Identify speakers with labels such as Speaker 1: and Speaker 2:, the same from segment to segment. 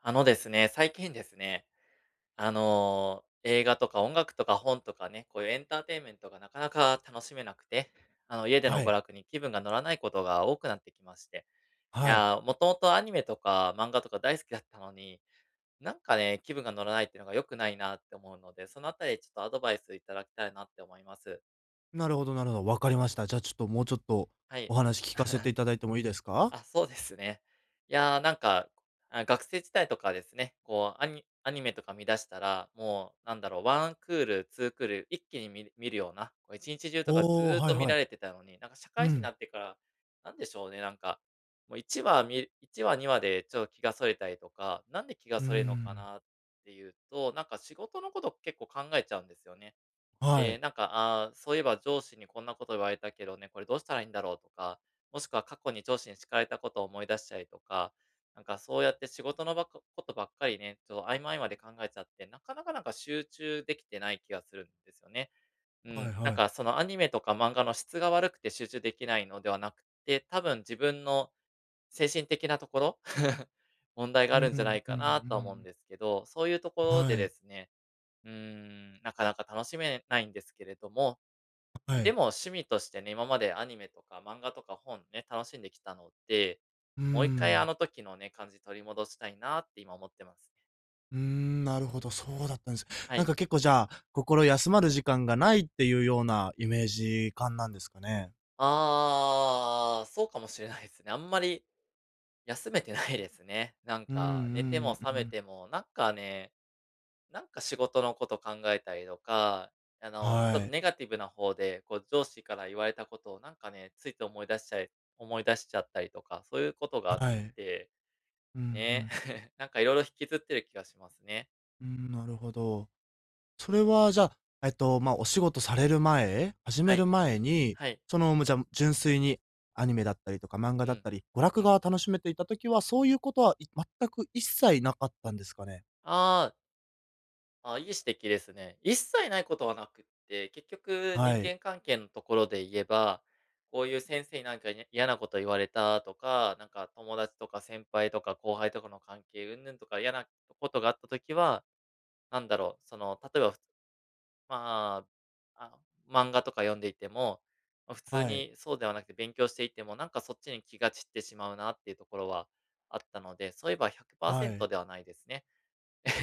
Speaker 1: あのですね、最近ですね、映画とか音楽とか本とかね、こういうエンターテインメントがなかなか楽しめなくて、家での
Speaker 2: は
Speaker 1: 娯
Speaker 2: い。
Speaker 1: 楽に気分が乗らないことが多くなってきまして。い
Speaker 2: はい。
Speaker 1: やー、もともとアニメとか漫画とか大好きだったのに、なんかね、気分が乗らないっていうのが良くないなって思うので、そのあたりちょっとアドバイスいただきたいなって思います。
Speaker 2: なるほどなるほど、わかりました。じゃあ、ちょっともうちょっと
Speaker 1: はい。
Speaker 2: お話聞かせて いただいてもいいですか？
Speaker 1: あ、そうですね。いやー、なんか、あ、学生時代とかですね、こう、アニメとか見出したら、もうなんだろう、ワンクール、ツークール、一気に見るような、こう1日中とかず
Speaker 2: おお
Speaker 1: ー
Speaker 2: ー、
Speaker 1: っ
Speaker 2: は
Speaker 1: と
Speaker 2: い
Speaker 1: 見
Speaker 2: は
Speaker 1: ら
Speaker 2: い。
Speaker 1: れてたのに、なんか社
Speaker 2: う
Speaker 1: 会人にな
Speaker 2: ん。
Speaker 1: ってから、なんでしょうね、なんか、もう1話、2話でちょっと気がそれたりとか、なんで気が
Speaker 2: うー
Speaker 1: それるのか
Speaker 2: ん。
Speaker 1: なっていうと、なんか仕事のこと結構考えちゃうんですよね。
Speaker 2: は
Speaker 1: で、
Speaker 2: い。
Speaker 1: なんか、ああ、そういえば上司にこんなこと言われたけどね、これどうしたらいいんだろうとか、もしくは過去に上司に叱られたことを思い出したりとか、なんかそうやって仕事のばっかことばっかりね、ちょっと合間合間で考えちゃって、なかなかなんか集中できてない気がするんですよね。う
Speaker 2: はい
Speaker 1: ん。なん
Speaker 2: はい。
Speaker 1: かそのアニメとか漫画の質が悪くて集中できないのではなくて、多分自分の精神的なところ 問題が
Speaker 2: う
Speaker 1: あ
Speaker 2: ん、
Speaker 1: る
Speaker 2: う
Speaker 1: んじゃな
Speaker 2: ん、
Speaker 1: い
Speaker 2: う
Speaker 1: かなとは思うん
Speaker 2: ん。
Speaker 1: ですけど、そういうところで
Speaker 2: は
Speaker 1: で
Speaker 2: い。
Speaker 1: すね、うーん、なかなか楽しめないんですけれども、
Speaker 2: は
Speaker 1: で
Speaker 2: い。
Speaker 1: も趣味としてね、今までアニメとか漫画とか本ね、楽しんできたので、
Speaker 2: うー
Speaker 1: もう一回あ
Speaker 2: ん。
Speaker 1: の時のね、感じ取り戻したいなって今思ってますね。
Speaker 2: うーん、なるほど、そうだったんです。
Speaker 1: は
Speaker 2: なん
Speaker 1: い。
Speaker 2: か結構じゃあ、心休まる時間がないっていうようなイメージ感なんですかね？
Speaker 1: ああ、そうかもしれないですね。あんまり休めてないですね。なん
Speaker 2: うんう
Speaker 1: か寝ても
Speaker 2: ん
Speaker 1: 覚
Speaker 2: う
Speaker 1: め
Speaker 2: ん。
Speaker 1: ても、なんかね、なんか仕事のこと考えたりとか、ちょっ
Speaker 2: は
Speaker 1: と
Speaker 2: い。
Speaker 1: ネガティブな方で、こう上司から言われたことをなんかね、ついて思い出しちゃい思い出しちゃったりとか、そういうことがあっ
Speaker 2: はい。
Speaker 1: て、
Speaker 2: うんう
Speaker 1: ね、
Speaker 2: ん。
Speaker 1: なんかいろいろ引きずってる気がしますね。
Speaker 2: うん、なるほど。それはじゃあ、まあ、お仕事される前、始
Speaker 1: は
Speaker 2: める
Speaker 1: い。
Speaker 2: 前に、
Speaker 1: はい。
Speaker 2: その、むじゃ、純粋にアニメだったりとか漫画
Speaker 1: う
Speaker 2: だっ
Speaker 1: ん、
Speaker 2: たり、娯楽
Speaker 1: うん。
Speaker 2: が楽しめていた時は、そういうことは、全く一切なかったんですかね？
Speaker 1: ああ。あ、いい指摘ですね。一切ないことはなくって、結局
Speaker 2: は
Speaker 1: 人
Speaker 2: い。
Speaker 1: 間関係のところで言えば、こういう先生になんか、に嫌なこと言われたとか、なんか友達とか先輩とか後輩とかの関係うんぬんとか嫌なことがあったときは、なんだろう、その、例えばふつまあ、あ、漫画とか読んでいても、ま、普通
Speaker 2: はい。
Speaker 1: にそうではなくて勉強していても、なんかそっちに気が散ってしまうなっていうところはあったので、そういえば
Speaker 2: は
Speaker 1: 100%
Speaker 2: い。
Speaker 1: ではないですね。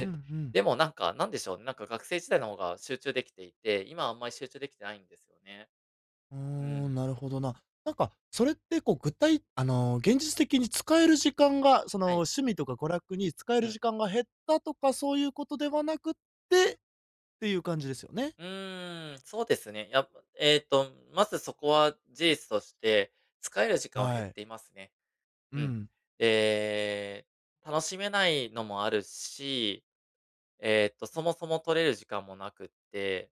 Speaker 2: うんう
Speaker 1: え、
Speaker 2: ん。
Speaker 1: でもなんか、なんでしょうね、なんか学生時代の方が集中できていて、今はあんまり集中できてないんですよね。
Speaker 2: うー
Speaker 1: う
Speaker 2: ん、
Speaker 1: ん。
Speaker 2: なるほどな。なんか、それってこう、具体あの、現実的に使える時間が、その、
Speaker 1: はい。
Speaker 2: 趣味とか娯楽に使え
Speaker 1: う
Speaker 2: る
Speaker 1: ん。
Speaker 2: 時間が減ったとか、そういうことではなくってっていう感じですよね？
Speaker 1: うーん、そうですね。やっぱまずそこは事実として、使える時間は減っ
Speaker 2: はい。
Speaker 1: ていますね。
Speaker 2: う
Speaker 1: うん。
Speaker 2: ん。
Speaker 1: で、楽しめないのもあるし、そもそも取れる時間もなくって、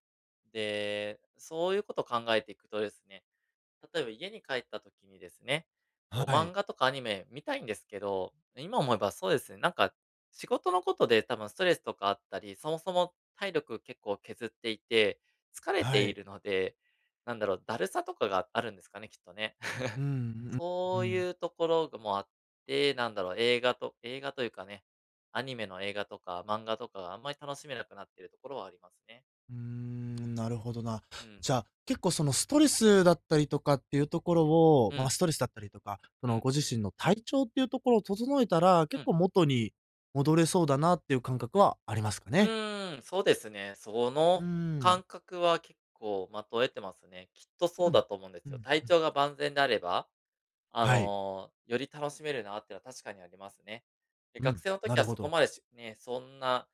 Speaker 1: で、そういうことを考えていくとですね、例えば家に帰った時にですね、こう
Speaker 2: は
Speaker 1: 漫
Speaker 2: い。
Speaker 1: 画とかアニメ見たいんですけど、今思えばそうですね、なんか仕事のことで多分ストレスとかあったり、そもそも体力結構削っていて、疲れて
Speaker 2: は
Speaker 1: い
Speaker 2: い。
Speaker 1: るので、なんだろう、だるさとかがあるんですかね、きっとね。
Speaker 2: うん、う ん、う
Speaker 1: そう
Speaker 2: ん。
Speaker 1: いうところもあって、なんだろう、映画というかね、アニメの映画とか漫画とかがあんまり楽しめなくなっているところはありますね。
Speaker 2: うーん、なるほどな。
Speaker 1: うん。
Speaker 2: じゃあ、結構そのストレスだったりとかっていうところを、
Speaker 1: う
Speaker 2: まあ、
Speaker 1: ん。
Speaker 2: ストレスだったりとか、そ
Speaker 1: う
Speaker 2: の
Speaker 1: ん。
Speaker 2: ご自身の体調っていうところを整えたら、
Speaker 1: う
Speaker 2: 結
Speaker 1: ん。
Speaker 2: 構元に戻れそうだなっていう感覚はありますか
Speaker 1: う
Speaker 2: ね？
Speaker 1: ーん、そうですね。そ
Speaker 2: うー
Speaker 1: の感
Speaker 2: ん、
Speaker 1: 覚は結構まとえてますね。きっとそう
Speaker 2: う
Speaker 1: だ
Speaker 2: ん、
Speaker 1: と思うんです
Speaker 2: う
Speaker 1: よ。
Speaker 2: ん、
Speaker 1: 体
Speaker 2: うん。
Speaker 1: 調が万全であれば、あ
Speaker 2: はい。
Speaker 1: の、より楽しめるなっていうのは確かにありますね。で、
Speaker 2: う
Speaker 1: 学
Speaker 2: ん、
Speaker 1: 生の
Speaker 2: な
Speaker 1: 時
Speaker 2: る
Speaker 1: は
Speaker 2: ほ
Speaker 1: そこ
Speaker 2: ど。
Speaker 1: までそんな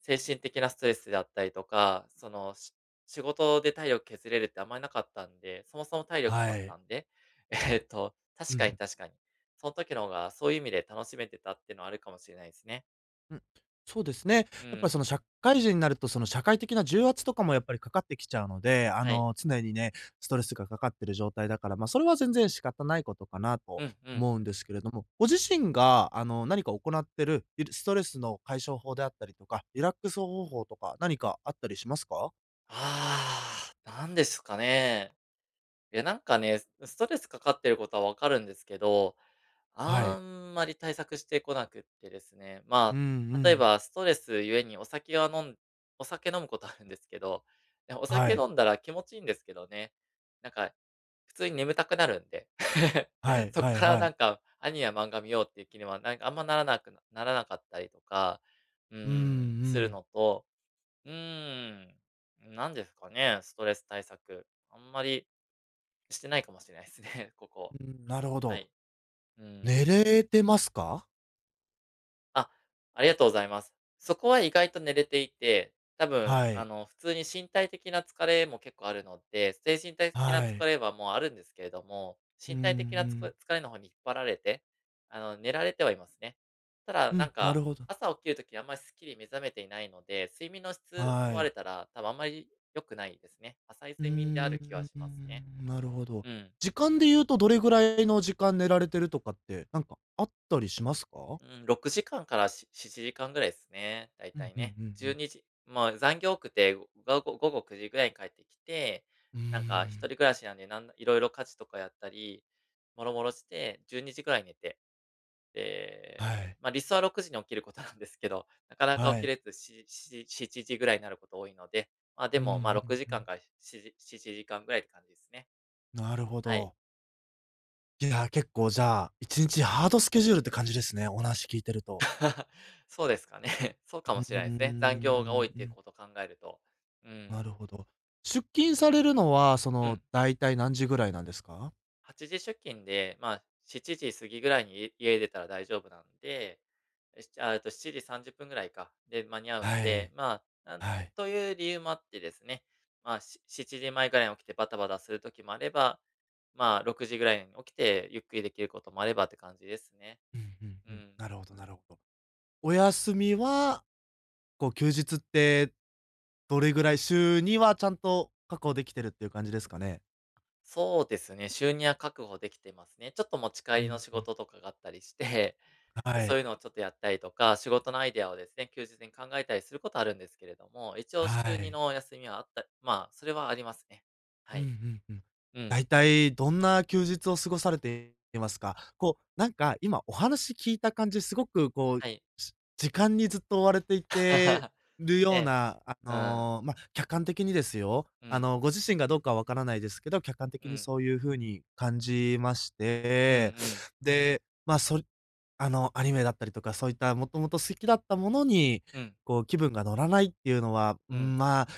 Speaker 1: 精神的なストレスであったりとか、仕事で体力削れるってあんまりなかったんで、そもそも体力もあ
Speaker 2: は
Speaker 1: った
Speaker 2: い。
Speaker 1: んで、
Speaker 2: う
Speaker 1: 確
Speaker 2: んう
Speaker 1: かに
Speaker 2: ん。
Speaker 1: 確かに。その時の方がそういう意味で楽しめてたっていうのはあるかもしれないですね。
Speaker 2: うん、そうですね。や
Speaker 1: う
Speaker 2: っぱり
Speaker 1: ん、
Speaker 2: その社会人になると、その社会的な重圧とかもやっぱりかかってきちゃうので、あ
Speaker 1: はい。
Speaker 2: の、常にね、ストレスがかかってる状態だから、まあ、それは全然仕方ないことかな
Speaker 1: う
Speaker 2: と
Speaker 1: んうん。
Speaker 2: 思うんですけれども、ご自身があの、何か行ってる、いるストレスの解消法であったりとか、リラックス方法とか何かあったりしますか？
Speaker 1: ああ、なんですかね。いや、なんかね、ストレスかかってることはわかるんですけど、
Speaker 2: は
Speaker 1: あ
Speaker 2: い。
Speaker 1: んまり対策してこなくってですね。
Speaker 2: う
Speaker 1: ま
Speaker 2: ん
Speaker 1: あ、
Speaker 2: う
Speaker 1: 例え
Speaker 2: ん。
Speaker 1: ばストレスゆえにお酒は飲んお酒飲むことあるんですけど、でお
Speaker 2: は
Speaker 1: 酒
Speaker 2: い。
Speaker 1: 飲んだら気持ちいいんですけどね、なんか普通に眠たくなるんで、
Speaker 2: は い
Speaker 1: そっ
Speaker 2: はい
Speaker 1: から
Speaker 2: は
Speaker 1: なん
Speaker 2: い。
Speaker 1: かアニメや漫画見ようっていう気には、ならなかったりとか、う
Speaker 2: うんう
Speaker 1: ーん、する
Speaker 2: ん。
Speaker 1: のとうーん。なんですかね、ストレス対策。あんまりしてないかもしれないですね、ここ。
Speaker 2: うん、なるほ
Speaker 1: は
Speaker 2: ど。
Speaker 1: い。うん。
Speaker 2: 寝れてますか？
Speaker 1: あ、ありがとうございます。そこは意外と寝れていて、多分、
Speaker 2: は
Speaker 1: あ
Speaker 2: い。
Speaker 1: の、普通に身体的な疲れも結構あるので、精神体的な
Speaker 2: は
Speaker 1: 疲
Speaker 2: い。
Speaker 1: れはもうあるんですけれども、
Speaker 2: うん
Speaker 1: 身
Speaker 2: う
Speaker 1: 体的なつこ
Speaker 2: ん。
Speaker 1: 疲れの方に引っ張られて、あの、寝られてはいますね。ただ、
Speaker 2: う
Speaker 1: なん
Speaker 2: ん、な
Speaker 1: か、
Speaker 2: るほど。
Speaker 1: 朝起きる時あんまりすっきり目覚めていないので、睡眠の質問
Speaker 2: は
Speaker 1: われ
Speaker 2: い。
Speaker 1: たら、多分あんまり良くないですね。浅い
Speaker 2: うー
Speaker 1: 睡眠である気は
Speaker 2: ん、
Speaker 1: しますね。
Speaker 2: なるほど。
Speaker 1: うん。
Speaker 2: 時間で言うとどれぐらいの時間寝られてるとかって、なんかあったりしますか？
Speaker 1: うん、6時間かんからし7時間ぐらいですね、だい
Speaker 2: う
Speaker 1: た
Speaker 2: ん
Speaker 1: い
Speaker 2: うんう
Speaker 1: ね。
Speaker 2: んう
Speaker 1: 12
Speaker 2: ん。
Speaker 1: 時もう残業多くて、午後9時ぐらいに帰ってきて、
Speaker 2: うー
Speaker 1: なんか一人
Speaker 2: ん、
Speaker 1: 暮らしなんで、いろいろ家事とかやったり、諸々して12時ぐらいに寝て、
Speaker 2: は
Speaker 1: で、
Speaker 2: い、
Speaker 1: ま、理想は6時に起きることなんですけど、なかなか
Speaker 2: は
Speaker 1: 起き
Speaker 2: い。
Speaker 1: れず、7時ぐらいになること多いので、ま、で
Speaker 2: う
Speaker 1: も、ま、
Speaker 2: んう
Speaker 1: 6
Speaker 2: ん
Speaker 1: 時
Speaker 2: う
Speaker 1: 間
Speaker 2: ん。
Speaker 1: かんからし7時間ぐらいって感じですね。
Speaker 2: なるほ
Speaker 1: はい。
Speaker 2: ど。いや、結構じゃあ、1日ハードスケジュールって感じですね、お話聞いてると。
Speaker 1: そうですかね。そうか
Speaker 2: う
Speaker 1: も
Speaker 2: ーん、
Speaker 1: し
Speaker 2: う
Speaker 1: れないですね。残業が多いっ
Speaker 2: んう
Speaker 1: ていう
Speaker 2: ん。
Speaker 1: ことを考えると。う
Speaker 2: な
Speaker 1: ん。
Speaker 2: るほど。出勤されるのは、そ
Speaker 1: う
Speaker 2: の、
Speaker 1: ん。
Speaker 2: だいたい何時ぐらいなんですか？
Speaker 1: 8時出勤で、まあ、7時過ぎぐらいに家出たら大丈夫なんで、しあ、えっと、7時30分ぐらいか、で、間に合うん
Speaker 2: は
Speaker 1: で、
Speaker 2: い、
Speaker 1: まあ、なん
Speaker 2: はい。
Speaker 1: という理由もあってですね、まあ、7時前ぐらいに起きてバタバタする時もあれば、まあ、6時ぐらいに起きてゆっくりできることもあればって感じですね。
Speaker 2: うんうん
Speaker 1: う
Speaker 2: うん。
Speaker 1: ん。
Speaker 2: なるほどなるほど。お休みは、こう、休日ってどれぐらい、週にはちゃんと確保できてるっていう感じですかね？
Speaker 1: そうですね、収入は確保できてますね。ちょっと持ち
Speaker 2: う
Speaker 1: 帰りの
Speaker 2: ん
Speaker 1: 仕
Speaker 2: うん。
Speaker 1: 事とかがあったりして
Speaker 2: は
Speaker 1: そう
Speaker 2: い、
Speaker 1: いうのをちょっとやったりとか、仕事のアイデアをですね、休日に考えたりすることあるんですけれども、一応
Speaker 2: は
Speaker 1: 週2
Speaker 2: い。
Speaker 1: の休みはあったまあ、それはありますね。
Speaker 2: う
Speaker 1: は
Speaker 2: んう
Speaker 1: い。
Speaker 2: んうん。
Speaker 1: うん。
Speaker 2: 大体どんな休日を過ごされていますか？こう、なんか今お話聞いた感じ、すごくこう、
Speaker 1: はい。
Speaker 2: 時間にずっと追われていてる
Speaker 1: え
Speaker 2: よう
Speaker 1: え。
Speaker 2: な、あ
Speaker 1: うん。
Speaker 2: の、まあ、客観的にですよ。
Speaker 1: う
Speaker 2: あ
Speaker 1: ん。
Speaker 2: の、ご自身がどうかはわからないですけど、客観
Speaker 1: う
Speaker 2: 的に
Speaker 1: ん。
Speaker 2: そういう風に感じまし
Speaker 1: うんう
Speaker 2: て、
Speaker 1: ん。
Speaker 2: で、まあ、そあの、アニメだったりとか、そういったもともと好きだったものに、
Speaker 1: うん。
Speaker 2: こう気分が乗らないっていうのは、う
Speaker 1: うん。
Speaker 2: ん、まあ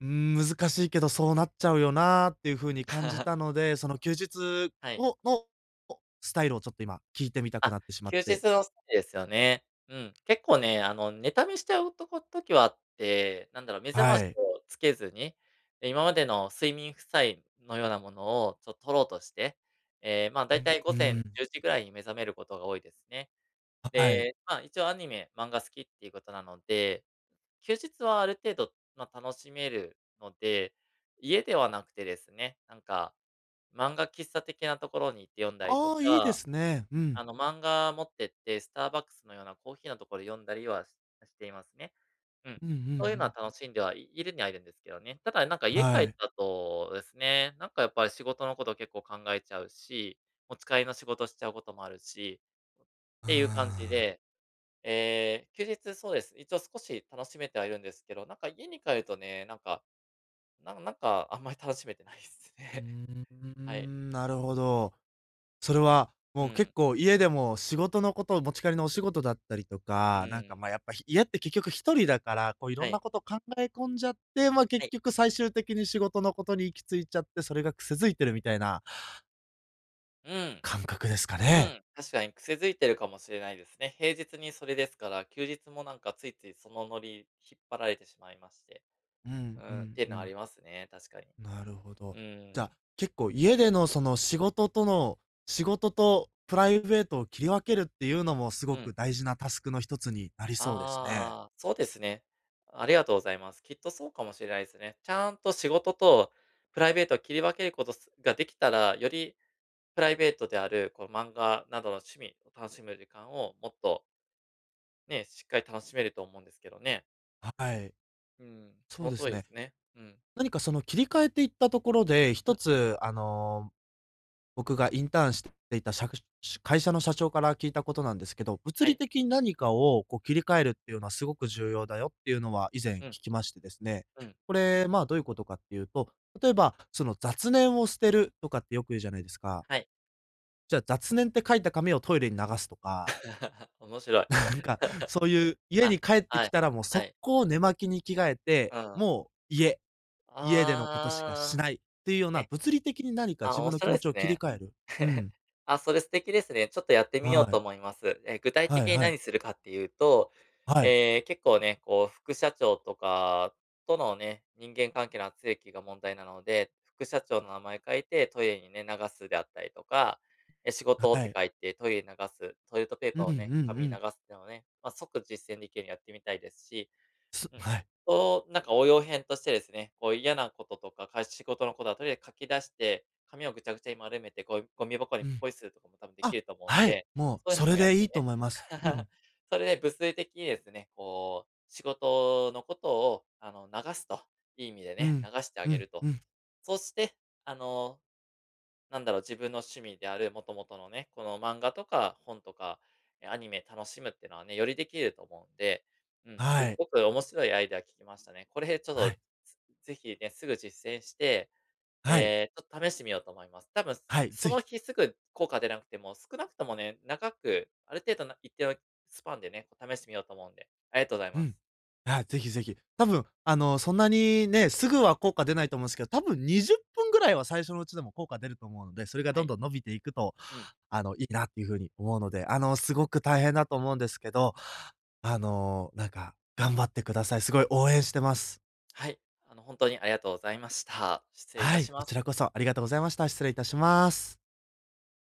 Speaker 2: うーん、難しいけど、そうなっちゃうよなっていう風に感じた ので、その休日
Speaker 1: はい。
Speaker 2: をのスタイルをちょっと今聞いてみたく
Speaker 1: あ、
Speaker 2: なってしまっ
Speaker 1: 休日
Speaker 2: て。
Speaker 1: のスリですよね。うん。結構ね、寝ためしちゃうとこ時はあって、なんだろう、目覚まし
Speaker 2: はい。
Speaker 1: をつけずに、で今までの睡眠負債のようなものをちょっと取ろうとして、まあ、だ
Speaker 2: う
Speaker 1: いた
Speaker 2: ん、
Speaker 1: い
Speaker 2: う
Speaker 1: 午
Speaker 2: ー
Speaker 1: 前
Speaker 2: ん、
Speaker 1: 10時ぐらいに目覚めることが多いですね。
Speaker 2: はい。
Speaker 1: で、まあ、一応アニメ、漫画好きっていうことなので、休日はある程度、まあ、楽しめるので、家ではなくてですね、なんか、漫画喫茶的なところに行って読んだりと
Speaker 2: ああ、いいで
Speaker 1: か
Speaker 2: すね。うん。
Speaker 1: 漫画持ってって、スターバックスのようなコーヒーのところで読んだりはしていますね。うん。
Speaker 2: うんうんう
Speaker 1: そういうのは
Speaker 2: ん。
Speaker 1: 楽しんではいるにはいるんですけどね。ただなんか家帰
Speaker 2: は
Speaker 1: っ
Speaker 2: い。
Speaker 1: た後ですね、なんかやっぱり仕事のこと結構考えちゃうし、持ち帰りの仕事しちゃうこともあるし、っ
Speaker 2: あ
Speaker 1: ていう感じ
Speaker 2: あ。
Speaker 1: で、ええ、休日そうです。一応少し楽しめてはいるんですけど、なんか家に帰るとね、なんか、なんかあんまり楽しめてないです
Speaker 2: う
Speaker 1: ね。
Speaker 2: ー
Speaker 1: はい。
Speaker 2: ん、なるほど。それは、
Speaker 1: う
Speaker 2: もう結
Speaker 1: ん。
Speaker 2: 構家でも仕事のことを持ち帰りのお仕事だったりと
Speaker 1: う
Speaker 2: か、なんか、
Speaker 1: ん。
Speaker 2: ま、あやっぱ、ひ家って結局一人だから、こういろ
Speaker 1: は
Speaker 2: んな
Speaker 1: い。
Speaker 2: こと考え込んじゃって、ま、
Speaker 1: は
Speaker 2: 結
Speaker 1: い。
Speaker 2: 局最終的に仕事のことに行き着いちゃって、それが癖づいてるみたいな
Speaker 1: うん。
Speaker 2: 感覚ですか
Speaker 1: う
Speaker 2: ね？
Speaker 1: ん、確かに癖づいてるかもしれないですね。平日にそれですから、休日もなんかついついそのノリ引っ張られてしまいまして。
Speaker 2: う
Speaker 1: う
Speaker 2: んう
Speaker 1: ん、っ
Speaker 2: ん
Speaker 1: ていう
Speaker 2: う
Speaker 1: のはあ
Speaker 2: ん。
Speaker 1: りますね、確かに。
Speaker 2: なるほど。
Speaker 1: う
Speaker 2: じゃあ、
Speaker 1: ん、
Speaker 2: 結構家でのその仕事との仕事とプライベートを切り分けるっていうのもす
Speaker 1: う
Speaker 2: ご
Speaker 1: ん。
Speaker 2: く大事なタスクの一つになりそうですね。
Speaker 1: ああ、そうですね。ありがとうございます。きっとそうかもしれないですね。ちゃんと仕事とプライベートを切り分けることができたら、よりプライベートである、こう漫画などの趣味を楽しむ時間をもっとね、しっかり楽しめると思うんですけどね。
Speaker 2: はい。
Speaker 1: うん、そ
Speaker 2: そう
Speaker 1: の
Speaker 2: で
Speaker 1: 通
Speaker 2: す
Speaker 1: りで
Speaker 2: ね。
Speaker 1: すね。うん。
Speaker 2: 何かその切り替えていったところで、
Speaker 1: う
Speaker 2: 一
Speaker 1: ん、
Speaker 2: つ、あの、僕がインターンしていたしゃく会社の社長から聞いたことなんですけど、物
Speaker 1: は
Speaker 2: 理
Speaker 1: い。
Speaker 2: 的に何かをこう切り替えるっていうのはすごく重要だよっていうのは以前
Speaker 1: うん。
Speaker 2: 聞きましてですね。
Speaker 1: うん、
Speaker 2: これ、まあ、どういうことかっていうと、例えば、その雑念を捨てるとかってよく言うじゃないですか。
Speaker 1: はい。
Speaker 2: じゃあ雑念って書いた紙をトイレに流すとか、
Speaker 1: 面白い。
Speaker 2: なんか そういう家
Speaker 1: あ、
Speaker 2: に帰って
Speaker 1: は
Speaker 2: き
Speaker 1: い、
Speaker 2: たらもう
Speaker 1: は
Speaker 2: 速
Speaker 1: い。
Speaker 2: 攻寝巻きに着替えて、
Speaker 1: うん。
Speaker 2: もう家でのことしかし
Speaker 1: あ
Speaker 2: ないっていうよう
Speaker 1: あ、
Speaker 2: な、
Speaker 1: ね。
Speaker 2: 物理的に何か
Speaker 1: あ、
Speaker 2: 自
Speaker 1: 面
Speaker 2: 分の気
Speaker 1: 白い
Speaker 2: 持
Speaker 1: で
Speaker 2: ち
Speaker 1: す
Speaker 2: を切り
Speaker 1: ね。
Speaker 2: 替える。うん。
Speaker 1: あ、それ素敵ですね。ちょっとやってみよう
Speaker 2: は
Speaker 1: と
Speaker 2: い。
Speaker 1: 思います。え、具体
Speaker 2: は
Speaker 1: 的
Speaker 2: い
Speaker 1: に
Speaker 2: はい。
Speaker 1: 何するかっていうと、
Speaker 2: はい。
Speaker 1: えー結構ね、こう副社長とかとのね、人間関係の圧力が問題なので、副社長の名前書いてトイレにね、流すであったりとか、え、仕事っ
Speaker 2: は
Speaker 1: て
Speaker 2: い。
Speaker 1: 書いてトイレに流す、トイレットペー
Speaker 2: う
Speaker 1: パー
Speaker 2: んうん
Speaker 1: をね、
Speaker 2: う
Speaker 1: 紙に流
Speaker 2: ん。
Speaker 1: すっていうのをね、まあ、即実践できるようにやってみたいですし、うん。
Speaker 2: はい。
Speaker 1: と、なんか応用編としてですね、こう嫌なこととか、仕事のことはとりあえず書き出して、紙をぐちゃぐちゃに丸めて、ゴミ箱に
Speaker 2: うん。
Speaker 1: ポイするとかも多分でき
Speaker 2: あ、
Speaker 1: ると思うん
Speaker 2: はい、
Speaker 1: で、
Speaker 2: もう
Speaker 1: そういうの
Speaker 2: そ
Speaker 1: も
Speaker 2: れ
Speaker 1: やっ
Speaker 2: でい
Speaker 1: て
Speaker 2: いと
Speaker 1: ね。
Speaker 2: 思います。う ん、
Speaker 1: それで物理的にですね、こう、仕事のことを、流すと、いい意味で
Speaker 2: う
Speaker 1: ね、
Speaker 2: ん、
Speaker 1: 流してあ
Speaker 2: う
Speaker 1: げ
Speaker 2: ん、
Speaker 1: ると。
Speaker 2: うん。
Speaker 1: そして、あのなんだろう、自分の趣味である、もともとのね、この漫画とか本とか、え、アニメ楽しむっていうのはね、よりできると思うんで、うん、すっ
Speaker 2: はい。
Speaker 1: ごく面白いアイデア聞きましたね。これちょっ
Speaker 2: は
Speaker 1: と、
Speaker 2: い。
Speaker 1: ぜひね、すぐ実践して、
Speaker 2: はい。
Speaker 1: ちょっと試してみようと思います。多分、
Speaker 2: はい。
Speaker 1: そ
Speaker 2: ぜ
Speaker 1: の
Speaker 2: ひ。
Speaker 1: 日すぐ効果出なくても、少なくともね、長く、ある程度な一定のスパンでね、こう試してみようと思うんで、ありがとうござい
Speaker 2: う
Speaker 1: ます。
Speaker 2: ん。あ、ぜひぜひ。多分、あの、そんなにね、すぐは効果出ないと思うんですけど、多分20分ぐらいは最初のうちでも効果出ると思うので、それが
Speaker 1: は
Speaker 2: どん
Speaker 1: い。
Speaker 2: どん伸びていくと、
Speaker 1: うん。
Speaker 2: あの、いいなっていう風に思うので、あの、すごく大変だと思うんですけど、あの、なんか、頑張ってください。すごい応援してます。
Speaker 1: はい。あの、本当にありがとうございました。失礼いた
Speaker 2: はい、
Speaker 1: し
Speaker 2: こ
Speaker 1: ま
Speaker 2: ちら
Speaker 1: す。
Speaker 2: こそありがとうございました。失礼いたします。